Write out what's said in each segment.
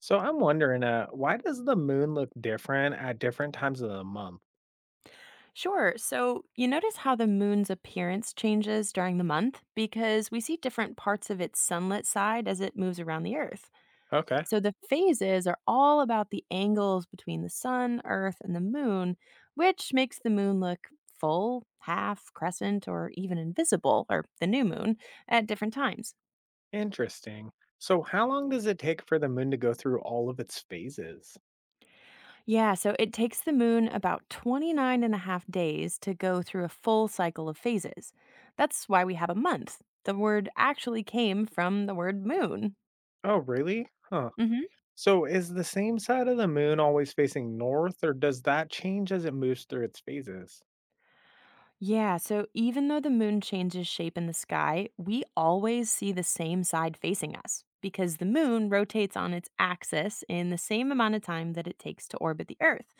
So I'm wondering, why does the moon look different at different times of the month? Sure. So you notice how the moon's appearance changes during the month because we see different parts of its sunlit side as it moves around the Earth. Okay, So the phases are all about the angles between the sun, Earth, and the moon, which makes the moon look full, half, crescent, or even invisible, or the new moon, at different times. interesting. So how long does it take for the moon to go through all of its phases? Yeah, so it takes the moon about 29 and a half days to go through a full cycle of phases. That's why we have a month. The word actually came from the word moon. Oh, really? Huh. Hmm. So is the same side of the moon always facing north, or does that change as it moves through its phases? Yeah, so even though the moon changes shape in the sky, we always see the same side facing us because the moon rotates on its axis in the same amount of time that it takes to orbit the Earth.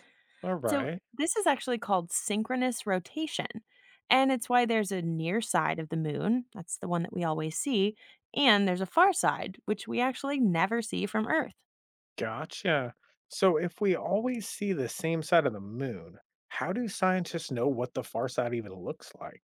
All So right, this is actually called synchronous rotation. And it's why there's a near side of the moon, that's the one that we always see, and there's a far side, which we actually never see from Earth. gotcha. So if we always see the same side of the moon, how do scientists know what the far side even looks like?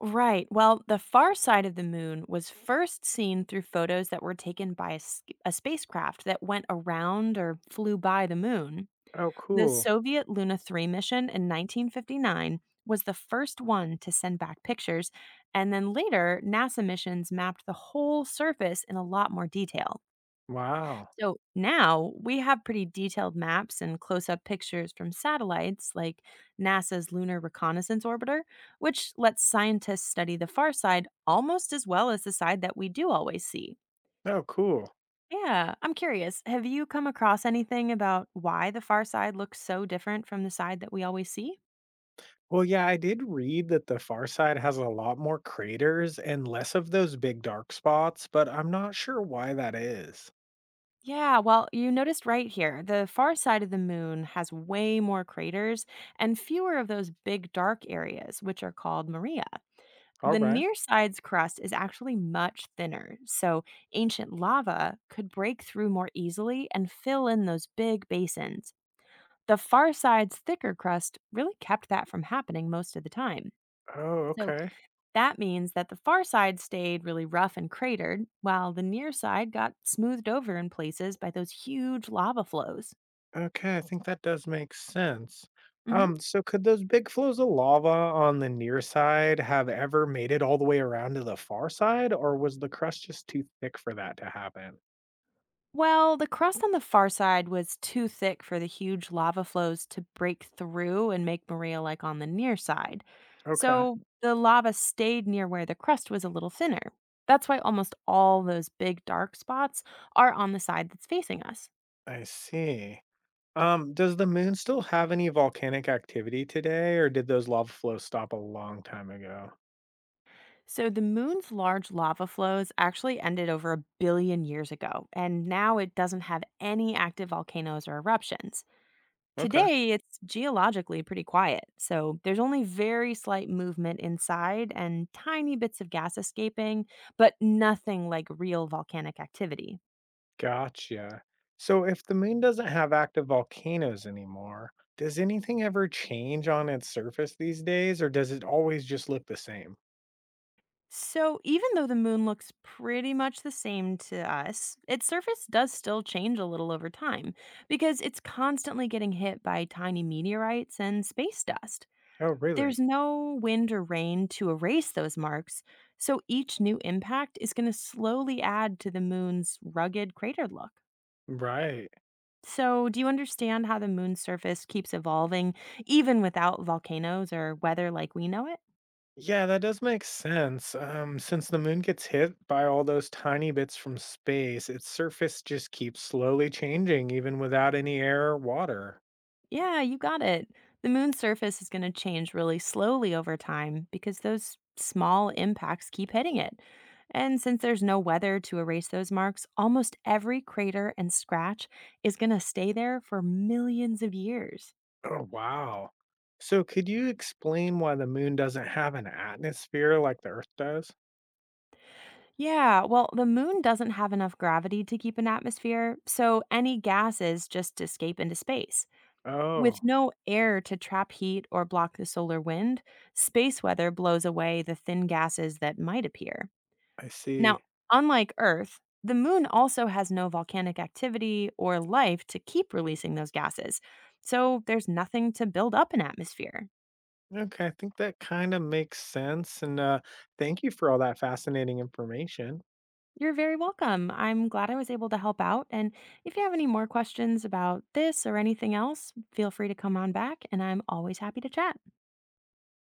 Right. Well, the far side of the moon was first seen through photos that were taken by a spacecraft that went around or flew by the moon. Oh, The cool. Soviet Luna 3 mission in 1959 was the first one to send back pictures, and then later, NASA missions mapped the whole surface in a lot more detail. Wow. So now we have pretty detailed maps and close up pictures from satellites like NASA's Lunar Reconnaissance Orbiter, which lets scientists study the far side almost as well as the side that we do always see. Oh, cool. Yeah, I'm curious. Have you come across anything about why the far side looks so different from the side that we always see? Well, yeah, I did read that the far side has a lot more craters and less of those big dark spots, but I'm not sure why that is. Yeah, well, you noticed right here, the far side of the moon has way more craters and fewer of those big dark areas, which are called Maria. All The right. near side's crust is actually much thinner, so ancient lava could break through more easily and fill in those big basins. The far side's thicker crust really kept that from happening most of the time. Oh, So okay. that means that the far side stayed really rough and cratered, while the near side got smoothed over in places by those huge lava flows. Okay, I think that does make sense. Hmm. So could those big flows of lava on the near side have ever made it all the way around to the far side, or was the crust just too thick for that to happen? Well, the crust on the far side was too thick for the huge lava flows to break through and make Maria like on the near side. Okay, So the lava stayed near where the crust was a little thinner. That's why almost all those big dark spots are on the side that's facing us. I see. Does the moon still have any volcanic activity today, or did those lava flows stop a long time ago? So, the moon's large lava flows actually ended over a billion years ago, and now it doesn't have any active volcanoes or eruptions. Okay, Today, it's geologically pretty quiet, so there's only very slight movement inside and tiny bits of gas escaping, but nothing like real volcanic activity. gotcha. So, if the moon doesn't have active volcanoes anymore, does anything ever change on its surface these days, or does it always just look the same? So, even though the moon looks pretty much the same to us, its surface does still change a little over time because it's constantly getting hit by tiny meteorites and space dust. Oh, There's really? no wind or rain to erase those marks, so each new impact is going to slowly add to the moon's rugged crater look. Right. So, do you understand how the moon's surface keeps evolving even without volcanoes or weather like we know it? Yeah, that does make sense. Since the moon gets hit by all those tiny bits from space, its surface just keeps slowly changing, even without any air or water. Yeah, you got it. The moon's surface is going to change really slowly over time because those small impacts keep hitting it. And since there's no weather to erase those marks, almost every crater and scratch is going to stay there for millions of years. Oh, wow. So, could you explain why the moon doesn't have an atmosphere like the Earth does? Yeah, well, the moon doesn't have enough gravity to keep an atmosphere, so any gases just escape into space. With Oh, no air to trap heat or block the solar wind, space weather blows away the thin gases that might appear. I Now, see. unlike Earth, the moon also has no volcanic activity or life to keep releasing those gases. So there's nothing to build up an atmosphere. Okay, I think that kind of makes sense. And thank you for all that fascinating information. You're very welcome. I'm glad I was able to help out. And if you have any more questions about this or anything else, feel free to come on back, and I'm always happy to chat.